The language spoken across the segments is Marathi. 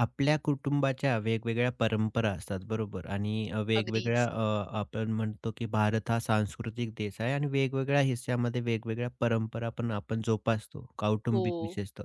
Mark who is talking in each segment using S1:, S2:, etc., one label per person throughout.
S1: आपल्या कुटुंबाच्या वेगवेगळ्या परंपरा असतात बरोबर आणि वेगवेगळ्या
S2: अगदीच.
S1: आपण म्हणतो की भारत हा सांस्कृतिक देश आहे आणि वेगवेगळ्या हिस्स्यामध्ये वेगवेगळ्या परंपरा पण आपण जोपासतो
S2: हो.
S1: कौटुंबिक विशेषतः.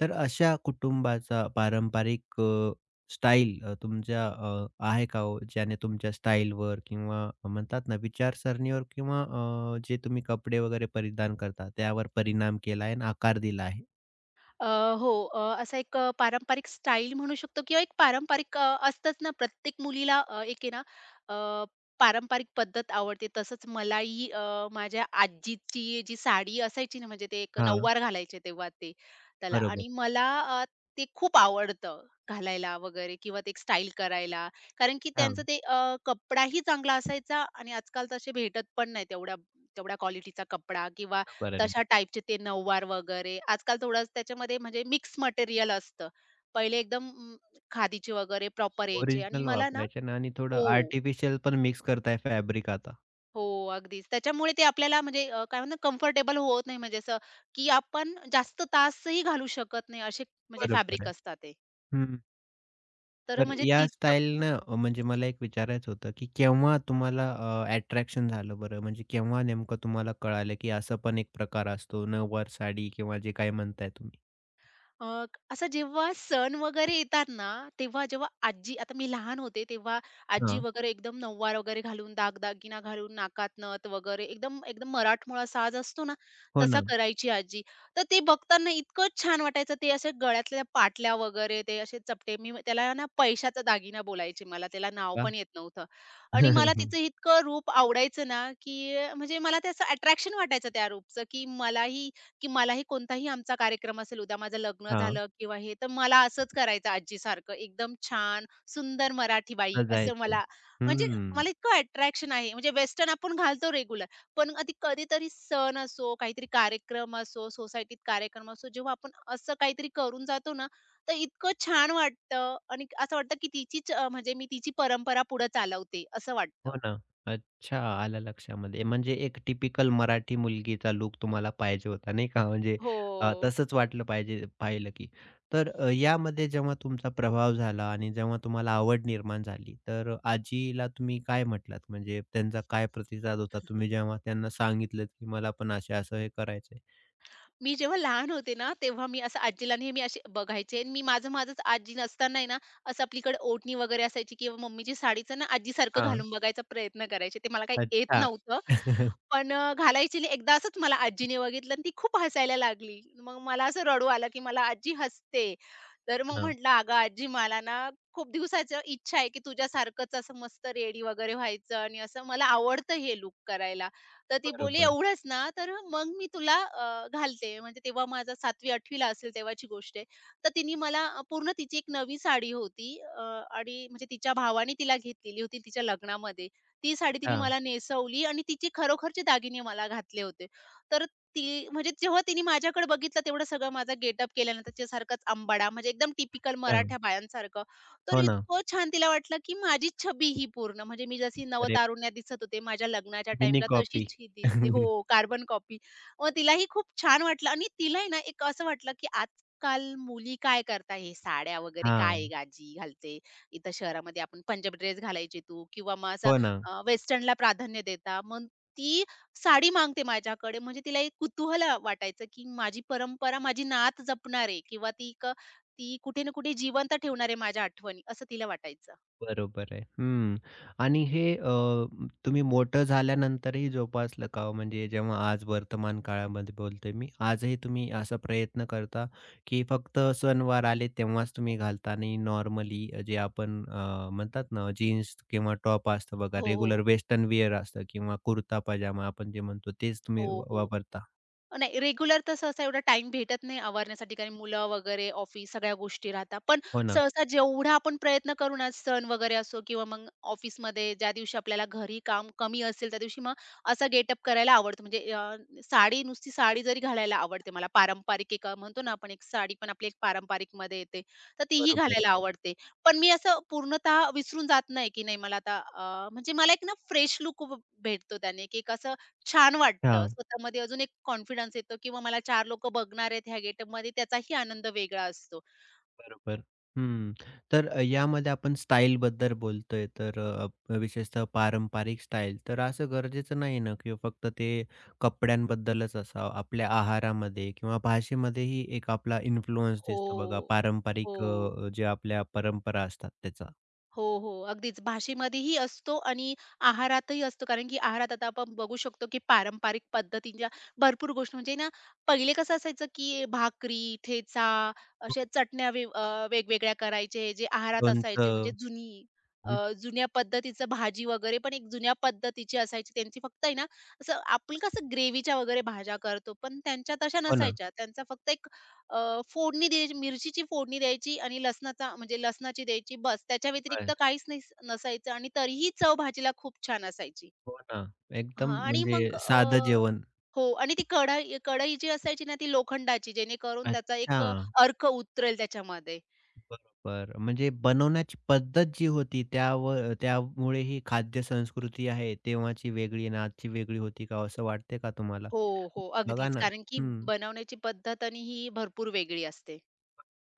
S1: तर अशा कुटुंबाचा पारंपरिक स्टाईल तुमच्या आहे का हो ज्याने तुमच्या स्टाईलवर किंवा म्हणतात ना विचारसरणीवर किंवा जे तुम्ही कपडे वगैरे परिधान करता त्यावर परिणाम केला आहे आणि आकार दिला आहे.
S2: अ, हो. असा एक पारंपरिक स्टाईल म्हणू शकतो किंवा एक पारंपरिक असतंच ना प्रत्येक मुलीला एक आहे ना अ, पारंपरिक पद्धत आवडते. तसंच मलाही माझ्या आजीची जी साडी असायची ना, म्हणजे ते एक
S1: हां.
S2: नऊवार घालायचे तेव्हा ते त्याला
S1: बरोबर.
S2: आणि मला ते खूप आवडतं घालायला वगैरे किंवा ते स्टाईल करायला. कारण की त्यांचं ते कपडाही चांगला असायचा आणि आजकाल तसे भेटत पण नाही तेवढ्या तेवढ्या क्वालिटीचा कपडा किंवा
S1: हां.
S2: तशा टाइपचे ते नऊवार वगैरे. आजकाल थोडं त्याच्यामध्ये म्हणजे मिक्स मटेरिअल असतं. पहिले एकदम खादीचे वगैरे प्रॉपर यायचे आणि
S1: ओरिजिनल
S2: मला ना
S1: वापरायच्या ना आणि थोडं
S2: हो,
S1: आर्टिफिशियल पण मिक्स करताय फॅब्रिक आता.
S2: हो, अगदीच. त्याच्यामुळे ते आपल्याला म्हणजे काय म्हणतात कम्फर्टेबल होत नाही म्हणजे असं, की आपण जास्त तासही घालू शकत नाही असे म्हणजे
S1: बरोबर
S2: फॅब्रिक
S1: आहे.
S2: असतात ते.
S1: हं.
S2: तर
S1: तर
S2: म्हणजे
S1: या
S2: तिचं
S1: स्टाईलनं म्हणजे मला एक विचारायचं होतं, की केव्हा तुम्हाला अट्रॅक्शन झालं बरं? म्हणजे केव्हा नेमकं तुम्हाला कळालं, की असं पण एक प्रकार असतो नऊवार साडी किंवा जे काही म्हणताय तुम्ही?
S2: अ, असं जेव्हा सण वगैरे येतात ना, तेव्हा जेव्हा आजी आता मी लहान होते तेव्हा आजी
S1: हां.
S2: वगैरे एकदम नऊवार वगैरे घालून, दागदागिना घालून, नाकात नथ वगैरे एकदम एकदम मराठमोळा साज असतो ना,
S1: हो
S2: तसा
S1: ना.
S2: करायची आजी. तर ते बघताना इतकं छान वाटायचं. ते असे गळ्यातल्या पाटल्या वगैरे ते असे चपटे मी त्याला ना पैशाचा दागिना बोलायचे मला. त्याला नाव
S1: वाह!
S2: पण येत नव्हतं आणि मला तिचं इतकं रूप आवडायचं ना, की म्हणजे मला त्याचं अट्रॅक्शन वाटायचं त्या रूपचं, की मलाही कोणताही आमचा कार्यक्रम असेल, उद्या माझं लग्न
S1: हां.
S2: झालं किंवा हे, तर मला असंच करायचं आजीसारखं. एकदम छान, सुंदर मराठी बाई असं
S1: सजायचं.
S2: मला म्हणजे
S1: हं.
S2: मला इतकं अट्रॅक्शन आहे. म्हणजे वेस्टर्न आपण घालतो रेग्युलर, पण कधी कधीतरी सण असो, काहीतरी कार्यक्रम असो, सोसायटीत कार्यक्रम असो, जेव्हा आपण असं काहीतरी करून जातो ना, तर इतकं छान वाटतं आणि असं वाटतं की तिचीच म्हणजे मी तिची परंपरा पुढे चालवते असं
S1: हो
S2: वाटतं.
S1: ना. अच्छा, आलं लक्षामध्ये. म्हणजे एक टिपिकल मराठी मुलगीचा लूक तुम्हाला पाहिजे होता, नाही का? म्हणजे
S2: हो.
S1: तसंच वाटलं पाहिजे पाहिलं की. तर यामध्ये जेव्हा तुमचा प्रभाव झाला आणि जेव्हा तुम्हाला आवड निर्माण झाली, तर आजीला तुम्ही काय म्हटलात? म्हणजे त्यांचा काय प्रतिसाद होता? तुम्ही जेव्हा त्यांना सांगितलंत, की मला पण असं-असं हे करायचंय?
S2: मी जेव्हा लहान होते ना, तेव्हा मी असं आजीला नेहमी असे बघायचे आणि मी माझं-माझंच आजी नसताना आहे ना, असं आपलीकडे ओढणी वगैरे असायची किंवा मम्मीची साडीचं ना आजीसारखं
S1: हां.
S2: घालून बघायचा प्रयत्न करायचे. ते मला काही येत
S1: अच्छा.
S2: नव्हतं. पण घालायची आणि एकदा असंच मला आजीने बघितलं आणि ती खूप हसायला लागली. मग मला असं रडू आलं, की मला आजी हसते. तर मग
S1: हां.
S2: म्हटलं, "अगं आजी, मला ना खूप दिवसाचं इच्छा आहे, की तुझ्यासारखंच असं मस्त रेडी वगैरे व्हायचं आणि असं मला आवडतं हे लूक करायला." तर ती बोलली,
S1: बरोबर.
S2: "एवढंच ना, तर मग मी तुला घालते." म्हणजे तेव्हा माझा 7वी-8वी ला असेल तेव्हाची गोष्ट आहे. तर तिने मला पूर्ण तिची एक नवी साडी होती आणि म्हणजे तिच्या भावाने तिला घेतलेली होती तिच्या लग्नामध्ये. ती साडी तिने
S1: हां,
S2: मला नेसवली आणि तिचे खरोखरचे दागिने मला घातले होते. तर ती म्हणजे जेव्हा तिने माझ्याकडे बघितलं तेवढं सगळं माझा गेटअप केल्यानंतर तिच्यासारखाच अंबाडा म्हणजे एकदम टिपिकल
S1: अच्छा.
S2: मराठ्या बायांसारखं. तर
S1: हो ना.
S2: इतकं छान तिला वाटलं, की माझी छबी ही पूर्ण. म्हणजे मी जशी
S1: अरे,
S2: नवतारुण्या दिसत होते माझ्या लग्नाच्या
S1: मिनी
S2: टाईमला
S1: कॉपी.
S2: तशीच ही दिसते. हो, कार्बन कॉपी. मग तिलाही खूप छान वाटलं आणि तिलाही ना एक असं वाटलं, की आजकाल मुली काय करता हे साड्या वगैरे काय
S1: हां.
S2: गाजी घालते. इथं शहरामध्ये आपण पंजाबी ड्रेस घालायची तू किंवा मग असं
S1: हो ना.
S2: वेस्टर्नला प्राधान्य देता. मग ती साडी मागते माझ्याकडे. म्हणजे तिला एक कुतूहल वाटायचं, की माझी परंपरा, माझी नात जपणार आहे किंवा ती एक ती कुठे ना कुठे जिवंत ठेवणार आहे माझ्या आठवणी, असं तिला वाटायचं.
S1: बरोबर आहे. हं. आणि हे तुम्ही मोठं झाल्यानंतरही जोपासलं का हो? म्हणजे जेव्हा आज वर्तमान काळामध्ये बोलतोय मी, आजही तुम्ही असा प्रयत्न करता, की फक्त सणवार आले तेव्हाच तुम्ही घालता आणि नॉर्मली जे आपण म्हणतात ना जीन्स किंवा टॉप असतं बघा,
S2: हो, हो,
S1: रेग्युलर वेस्टर्न वेअर असतं किंवा कुर्ता पजामा आपण जे म्हणतो तेच
S2: हो,
S1: तुम्ही
S2: हो, हो.
S1: वापरता.
S2: नाही रेग्युलर तर सहसा एवढा टाईम भेटत नाही आवरण्यासाठी कारण मुलं वगैरे, ऑफिस सगळ्या गोष्टी राहतात. पण
S1: हो ना.
S2: सहसा जेवढा आपण प्रयत्न करू ना, सण वगैरे असो किंवा मग ऑफिसमध्ये ज्या दिवशी आपल्याला घरी काम कमी असेल, त्या दिवशी मग असा गेटअप करायला आवडतो. म्हणजे साडी नुसती साडी जरी घालायला आवडते मला पारंपरिक एक म्हणतो ना आपण एक साडी पण आपली एक पारंपरिकमध्ये येते. तर तीही
S1: बरोबर.
S2: घालायला आवडते. पण मी असं पूर्णतः विसरून जात नाही, की नाही मला आता म्हणजे मला एक ना फ्रेश लूक भेटतो त्याने, की एक असं छान वाटतं.
S1: हां.
S2: स्वतःमध्ये अजून एक कॉन्फिडन्स येतो किंवा मला 4 लोकं बघणार आहेत ह्या गेटअपमध्ये त्याचाही आनंद वेगळा असतो.
S1: बरोबर. हं. तर यामध्ये आपण स्टाईलबद्दल बोलतोय, तर विशेषतः पारंपरिक स्टाईल. तर असं गरजेचं नाही ना, की फक्त ते कपड्यांबद्दलच असावं. आपल्या आहारामध्ये किंवा भाषेमध्येही एक आपला इन्फ्लुअन्स दिसतो बघा,
S2: हो.
S1: पारंपरिक
S2: हो.
S1: जे आपल्या परंपरा असतात त्याचा.
S2: हो, हो. अगदीच भाषेमध्येही असतो आणि आहारातही असतो. कारण की आहारात आता आपण बघू शकतो, की पारंपरिक पद्धतींच्या भरपूर गोष्टी म्हणजे ना, पहिले कसं असायचं, की भाकरी, ठेचा अशा चटण्या वेगवेगळ्या करायचे जे आहारात असायचे. म्हणजे
S1: लोणचं.
S2: जुनी अ,
S1: हं.
S2: जुन्या पद्धतीचं भाजी वगैरे पण एक जुन्या पद्धतीची असायची. त्यांची फक्त आहे ना, असं आपण कसं ग्रेव्हीच्या वगैरे भाज्या करतो, पण त्यांच्या तशा
S1: हो ना.
S2: नसायच्या. त्यांचा फक्त एक फोडणी द्यायची, मिरचीची फोडणी द्यायची आणि लसणाचा म्हणजे लसणाची द्यायची बस. त्याच्या व्यतिरिक्त
S1: बस.
S2: काहीच नसायचं आणि तरीही चव भाजीला खूप छान असायची.
S1: हो ना. एकदम
S2: हां आणि
S1: म्हणजे
S2: मग
S1: साधं जेवण.
S2: हो आणि ती कढई जी असायची ना, ती लोखंडाची जेणेकरून त्याचा
S1: अच्छा.
S2: एक अर्क उतरेल त्याच्यामध्ये.
S1: बरोबर. म्हणजे बनवण्याची पद्धत जी होती त्यावर त्यामुळे ही खाद्य संस्कृती आहे तेव्हाची वेगळी आणि आजची वेगळी होती का असं वाटते का तुम्हाला?
S2: हो, हो.
S1: बघा
S2: अगदीच.
S1: ना.
S2: कारण की
S1: हं.
S2: बनवण्याची पद्धत आणि ही भरपूर वेगळी असते.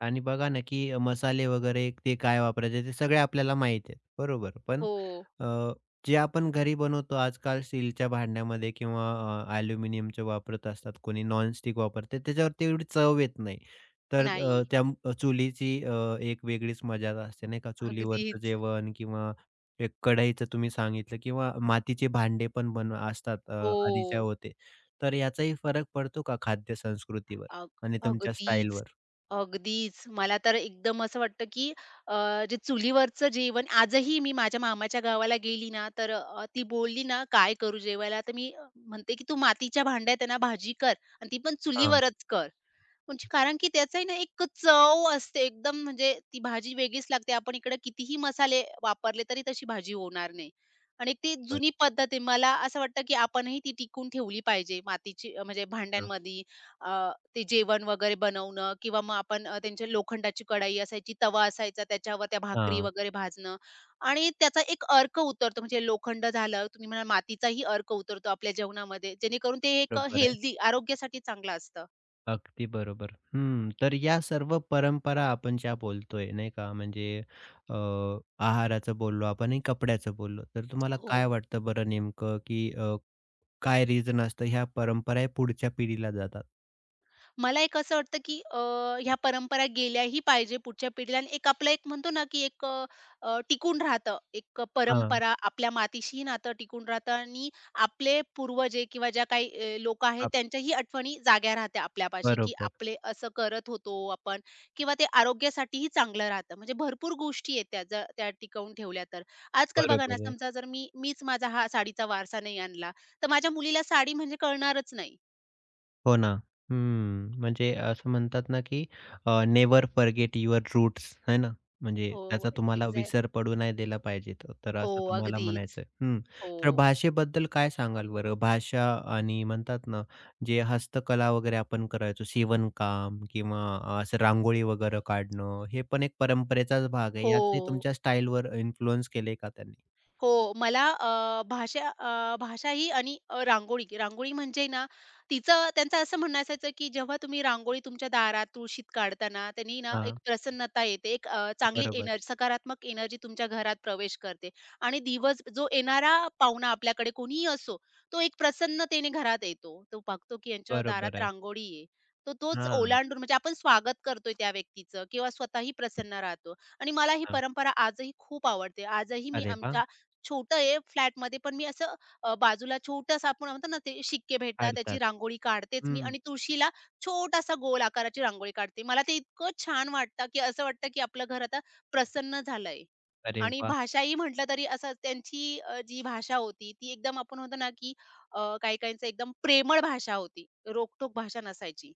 S1: आणि बघा ना, की मसाले वगैरे ते काय वापरायचे ते सगळे आपल्याला माहीत आहेत. बरोबर. पण
S2: हो.
S1: अ, जे आपण घरी बनवतो आजकाल स्टीलच्या भांड्यामध्ये किंवा ॲल्युमिनियमचे वापरत असतात, कोणी नॉनस्टिक वापरते, त्याच्यावरती एवढी चव येत नाही. तर
S2: नाही.
S1: त्या चुलीची एक वेगळीच मजा असते नाही का? चुलीवरचं
S2: अगदीच.
S1: जेवण किंवा एक कढईचं तुम्ही सांगितलं किंवा मातीचे भांडे पण बन असतात आधीच्या
S2: हो.
S1: होते. तर याचाही फरक पडतो का खाद्य संस्कृतीवर
S2: अग
S1: आणि तुमच्या
S2: अगदीच,
S1: स्टाईलवर?
S2: अगदीच. मला तर एकदम असं वाटतं, की अ, जे चुलीवरचं जेवण आजही मी माझ्या मामाच्या गावाला गेली ना, तर ती बोलली ना, "काय करू जेवायला?" तर मी म्हणते, की "तू मातीच्या भांड्यात आहे ना भाजी कर आणि ती पण
S1: हां,
S2: चुलीवरच कर." म्हणजे कारण की त्याचंही ना एक चव असते एकदम म्हणजे ती भाजी वेगळीच लागते. आपण इकडे कितीही मसाले वापरले तरी तशी भाजी होणार नाही. आणि ती
S1: बरं.
S2: जुनी पद्धत आहे. मला असं वाटतं की आपणही ती टिकवून ठेवली पाहिजे. मातीची म्हणजे
S1: हां,
S2: भांड्यांमध्ये ते जेवण वगैरे बनवणं किंवा मग आपण त्यांची लोखंडाची कढाई असायची, तवा असायचा त्याच्यावर त्या भाकरी
S1: हां,
S2: वगैरे भाजणं आणि त्याचा एक अर्क उतरतो. म्हणजे लोखंड झालं, तुम्ही म्हणाल मातीचाही अर्क उतरतो आपल्या जेवणामध्ये. जेणेकरून ते एक
S1: बरोबर आहे.
S2: हेल्दी आरोग्यासाठी चांगलं असतं.
S1: अगदी बरोबर. हं, तर या सर्व परंपरा आपण ज्या बोलतोय नाही का, म्हणजे अ, आहाराचं बोललो आपण आणि कपड्याचं बोललो. तर तुम्हाला
S2: हो.
S1: काय वाटतं बरं नेमकं, की काय रिझन असतं ह्या परंपरा हे पुढच्या पिढीला जातात?
S2: मला एक असं वाटतं, की ह्या परंपरा गेल्याही पाहिजे पुढच्या पिढीला आणि एक आपलं एक म्हणतो ना, की एक अ, अ, टिकून राहतं. एक
S1: हां,
S2: परंपरा आपल्या मातीशीही नातं टिकून राहतं आणि आपले पूर्वज किंवा ज्या काही अ, आहेत
S1: हां.
S2: त्यांच्याही आठवणी जाग्या राहत्या आपल्यापाशी, की
S1: बरोबर,
S2: आपले असं करत होतो आपण किंवा ते आरोग्यासाठीही चांगलं राहतं. म्हणजे भरपूर गोष्टी आहेत त्या टिकवून ठेवल्या तर. आजकाल बघा ना,
S1: बरोबर आहे.
S2: समजा जर मीच माझा हा साडीचा वारसा नाही आणला, तर माझ्या मुलीला साडी म्हणजे कळणारच नाही.
S1: हो ना. हं. म्हणजे असं म्हणतात ना, की नेव्हर फॉरगेट युअर रूट्स है ना. म्हणजे
S2: हो,
S1: त्याचा तुम्हाला
S2: एक्झॅ
S1: विसर पडू नाही दिला पाहिजे. तर तर
S2: हो,
S1: असं तुम्हाला
S2: अगदीच.
S1: म्हणायचंय. हं. तर
S2: हो.
S1: भाषेबद्दल काय सांगाल बरं? भाषा आणि म्हणतात ना, जे हस्तकला वगैरे आपण करायचो शिवणकाम किंवा असं रांगोळी वगैरे काढणं, हे पण एक परंपरेचाच भाग आहे. याचही
S2: हो,
S1: तुमच्या स्टाईलवर इन्फ्लुअन्स केले का त्यांनी?
S2: हो, मला भाषा ही आणि रांगोळी. रांगोळी म्हणजे ना, तिचं त्यांचं असं म्हणणं असायचं, की जेव्हा तुम्ही रांगोळी तुमच्या दारात, तुळशीत काढताना, त्यांनी ना एक
S1: हां.
S2: प्रसन्नता येते, एक चांगली
S1: बरोबर.
S2: एनर्जी, सकारात्मक एनर्जी तुमच्या घरात प्रवेश करते आणि दिवस जो येणारा पाहुणा आपल्याकडे कोणीही असो, तो एक प्रसन्नतेने घरात येतो. तो बघतो, की यांच्या
S1: बरोबर
S2: दारात
S1: आहे.
S2: रांगोळी आहे. तो तोच
S1: हां,
S2: ओलांडून म्हणजे आपण स्वागत करतोय त्या व्यक्तीचं किंवा स्वतःही प्रसन्न राहतो आणि मला ही
S1: हां.
S2: परंपरा आजही खूप आवडते. आजही मी
S1: अरे वाह!
S2: आमच्या छोटं आहे फ्लॅटमध्ये, पण मी असं बाजूला छोटासा आपण म्हणतो ना, ते शिक्के भेटतात, त्याची
S1: काढतात.
S2: रांगोळी काढतेच मी
S1: हं.
S2: आणि तुळशीला छोटासा गोल आकाराची रांगोळी काढते. मला ते इतकं छान वाटतं, की असं वाटतं, की आपलं घर आता प्रसन्न झालंय.
S1: अरे
S2: आणि
S1: वाह!
S2: भाषाही म्हटलं तरी असं त्यांची जी भाषा होती, ती एकदम आपण म्हणतो ना, की काही-काहींचं एकदम प्रेमळ भाषा होती. रोखटोक भाषा नसायची.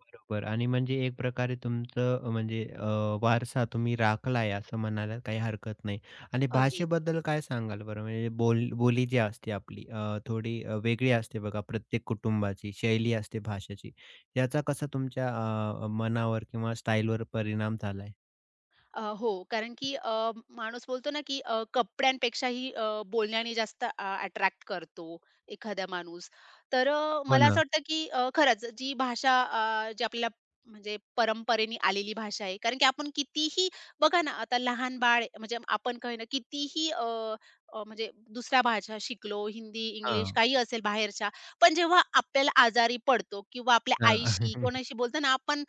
S1: बरोबर आणि म्हणजे एक प्रकारे तुमचं म्हणजे वारसा तुम्ही राखलाय असं म्हणायला काही हरकत नाही. आणि
S2: अगदीच.
S1: भाषेबद्दल काय सांगाल बरं? म्हणजे बोली जी असते आपली थोडी वेगळी असते बघा प्रत्येक कुटुंबाची शैली असते भाषेची. याचा कसा तुमच्या मनावर किंवा स्टाईलवर परिणाम झालाय?
S2: हो, कारण की माणूस बोलतो ना, की कपड्यांपेक्षाही बोलण्याने जास्त अट्रॅक्ट करतो एखादा माणूस. तर
S1: हो
S2: मला असं
S1: ना.
S2: वाटतं, की खरंच जी भाषा जी आपल्याला म्हणजे परंपरेने आलेली भाषा आहे. कारण की आपण कितीही बघा ना, आता लहान बाळ आहे, म्हणजे आपण काय ना कितीही अ, अ, म्हणजे दुसऱ्या भाषा शिकलो, हिंदी, इंग्लिश
S1: हां,
S2: काही असेल बाहेरच्या. पण जेव्हा आपल्याला आजारी पडतो किंवा आपल्या
S1: हां.
S2: आईशी कोणाशी बोलताना आपण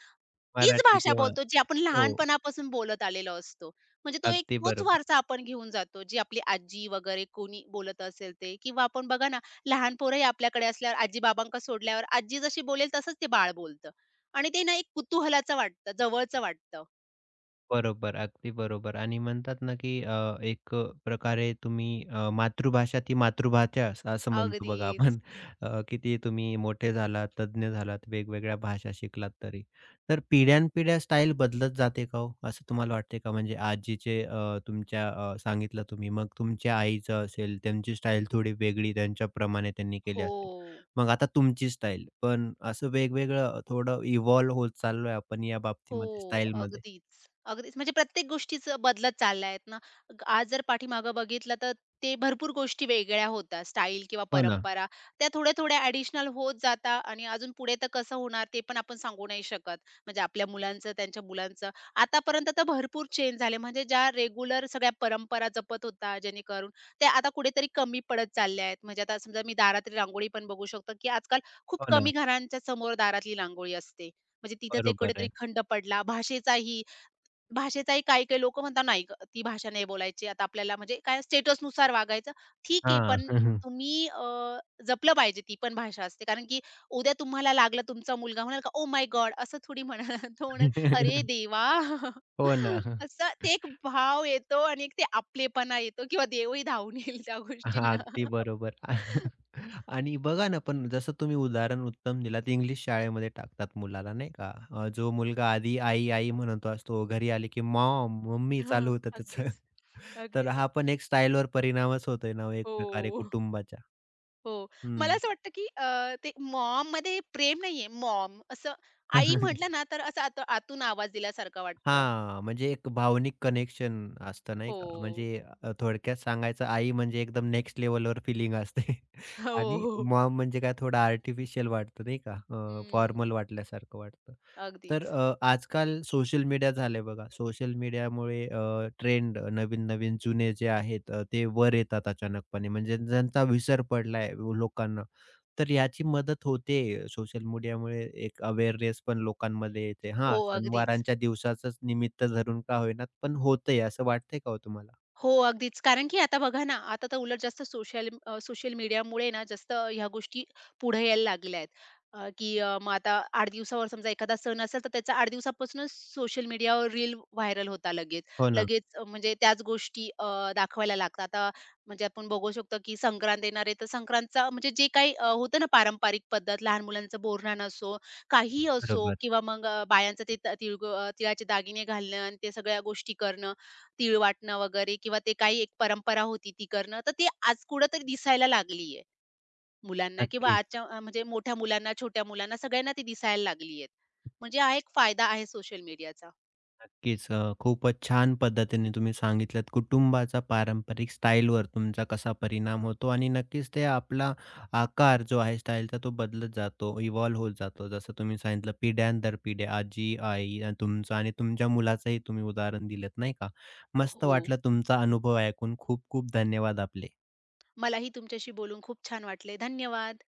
S2: तीच
S1: मराठी
S2: भाषा
S1: किंवा
S2: बोलतो, जी आपण
S1: हो,
S2: लहानपणापासून बोलत आलेलो असतो. म्हणजे तो एक
S1: अगदी
S2: तोच
S1: बरोबर.
S2: वारसा आपण घेऊन जातो, जी आपली आजी वगैरे कोणी बोलत असेल ते किंवा आपण बघा ना, लहान पोरंही आपल्याकडे असल्यावर आजी-बाबांकडे सोडल्यावर आजी जशी बोलेल तसंच ते बाळ बोलतं आणि ते ना एक कुतूहलाचं वाटतं, जवळचं वाटतं.
S1: बरोबर, अगदी बरोबर आणि म्हणतात ना, की एक प्रकारे तुम्ही मातृभाषा ती मातृभाषाच असं म्हणतो बघा
S2: अगदीच.
S1: आपण. किती तुम्ही मोठे झालात, तज्ञ झालात, वेगवेगळ्या भाषा शिकलात तरी. तर पिढ्यानपिढ्या स्टाईल बदलत जाते का हो? असं तुम्हाला वाटते का? म्हणजे आजीचे तुमच्या सांगितलं तुम्ही, मग तुमच्या आईचं असेल, त्यांची स्टाईल थोडी वेगळी त्यांच्याप्रमाणे त्यांनी केली
S2: हो.
S1: असेल. मग आता तुमची स्टाईल. पण असं वेगवेगळं थोडं इव्हॉल्व होत चाललोय आपण या बाबतीमध्ये,
S2: हो,
S1: स्टाईलमध्ये.
S2: अगदीच. अगदीच म्हणजे प्रत्येक गोष्टीच बदलत चालल्या आहेत ना. आज जर पाठीमागं बघितलं तर ते भरपूर गोष्टी वेगळ्या होत्या. स्टाईल किंवा
S1: हो ना.
S2: परंपरा त्या थोड्या-थोड्या ॲडिशनल होत जाता आणि अजून पुढे तर कसं होणार ते पण आपण सांगू नाही शकत. म्हणजे आपल्या मुलांचं, त्यांच्या मुलांचं. आतापर्यंत तर भरपूर चेंज झाले. म्हणजे ज्या रेग्युलर सगळ्या परंपरा जपत होता जेणेकरून ते आता कुठेतरी कमी पडत चालल्या आहेत. म्हणजे आता समजा मी दारातली रांगोळी पण बघू शकतो, की आजकाल खूप
S1: हो
S2: कमी
S1: ना.
S2: घरांच्या समोर दारातली रांगोळी असते. म्हणजे तिथं ते
S1: बरोबर
S2: कुठेतरी
S1: आहे.
S2: खंड पडला. भाषेचाही भाषेचाही काही-काही लोकं म्हणतात, "नाही गं, ती भाषा नाही बोलायची आता आपल्याला." म्हणजे काय स्टेटसनुसार वागायचं. ठीक आहे,
S1: हां.
S2: पण तुम्ही जपलं पाहिजे ती पण भाषा असते. कारण की उद्या तुम्हाला लागलं, तुमचा मुलगा म्हणाल का, "ओह माय गॉड!" असं थोडी म्हणा तो म्हणेल, "अरे देवा!"
S1: हो ना.
S2: असं ते एक भाव येतो आणि एक ते आपलेपणा येतो किंवा देवही धावून येईल त्या
S1: हां,
S2: गोष्टींना.
S1: अगदी बरोबर. आणि बघा ना, पण जसं तुम्ही उदाहरण उत्तम दिलात, इंग्लिश शाळेमध्ये टाकतात मुलाला नाही का? जो मुलगा आधी आई-आई म्हणत असतो, घरी आले की मॉम, मम्मी चालू
S2: हं,
S1: होतं त्याचं.
S2: अगदीच.
S1: तर
S2: अगदीच.
S1: हा पण एक स्टाईलवर परिणामच होतोय ना, हो, एक प्रकारे
S2: हो.
S1: कुटुंबाच्या.
S2: हो. मला
S1: हं.
S2: असं वाटतं, की ते मॉममध्ये प्रेम नाहीये, मॉम असं आई म्हटलं ना, तर असं आत आतून आवाज दिल्यासारखं वाटतं.
S1: हां, म्हणजे एक भावनिक कनेक्शन असतं नाही
S2: हो.
S1: का? म्हणजे थोडक्यात सांगायचं आई म्हणजे एकदम नेक्स्ट लेव्हलवर फीलिंग असते.
S2: हो,
S1: आणि
S2: हो.
S1: मॉम म्हणजे काय थोडं आर्टिफिशियल वाटतं नाही का?
S2: हं.
S1: फॉर्मल वाटल्यासारखं वाटतं. तर
S2: अगदीच.
S1: आजकाल सोशल मीडिया झाले बघा. सोशल मीडियामुळे ट्रेंड नवीन-नवीन जुने जे आहेत ते वर येतात अचानकपणे म्हणजे ज्यांचा विसर पडलाय लोकांना. तर याची मदत होते सोशल मीडियामुळे एक अवेअरनेस पण लोकांमध्ये येते.
S2: हो,
S1: हां,
S2: अगदीच.
S1: सणवारांच्या दिवसाचंच निमित्त धरून का होईना, पण होतंय असं वाटतंय का हो तुम्हाला?
S2: हो, अगदीच. कारण की आता बघा ना, आता तर उलट जास्त सोशल मीडियामुळे ना जास्त ह्या गोष्टी पुढे यायला लागल्या आहेत. मग आता 8 दिवसावर समजा एखादा सण असेल, तर त्याचा 8 दिवसापासूनच सोशल मीडियावर रील व्हायरल होतात लगेच.
S1: हो ना,
S2: लगेच म्हणजे त्याच गोष्टी दाखवायला लागतात. आता म्हणजे आपण बघू शकतो, की संक्रांत येणार आहे, तर संक्रांतचा म्हणजे जे काही होतं ना पारंपरिक पद्धत, लहान मुलांचं बोरन्हाण असो, काहीही असो
S1: बरोबर.
S2: किंवा मग बायांचं ते तिळगुळ तिळाचे दागिने घालणं आणि ते सगळ्या गोष्टी करणं. तीळ वाटणं वगैरे किंवा ते काही एक परंपरा होती ती करणं, तर ती आज कुठेतरी दिसायला लागली आहे मुलांना किंवा
S1: नक्कीच.
S2: आजच्या म्हणजे मोठ्या मुलांना, छोट्या मुलांना सगळ्यांना ती दिसायला लागली आहेत. म्हणजे हा एक फायदा आहे सोशल मीडियाचा.
S1: नक्कीच. खूपच छान पद्धतीने तुम्ही सांगितलत कुटुंबाचा पारंपरिक स्टाईलवर तुमचा कसा परिणाम होतो आणि नक्कीच ते आपला आकार जो आहे स्टाईलचा तो बदलत जातो, इव्हॉल्व होत जातो. जसं तुम्ही सांगितलं पिढ्यानंतर पिढ्या आजी, आई आणि तुमचं आणि तुमच्या मुलाचंही तुम्ही उदाहरण दिलत नाही का? मस्त
S2: हो.
S1: वाटलं तुमचा अनुभव ऐकून. खूप खूप धन्यवाद आपले.
S2: मलाही तुमच्याशी बोलून खूप छान वाटले. धन्यवाद.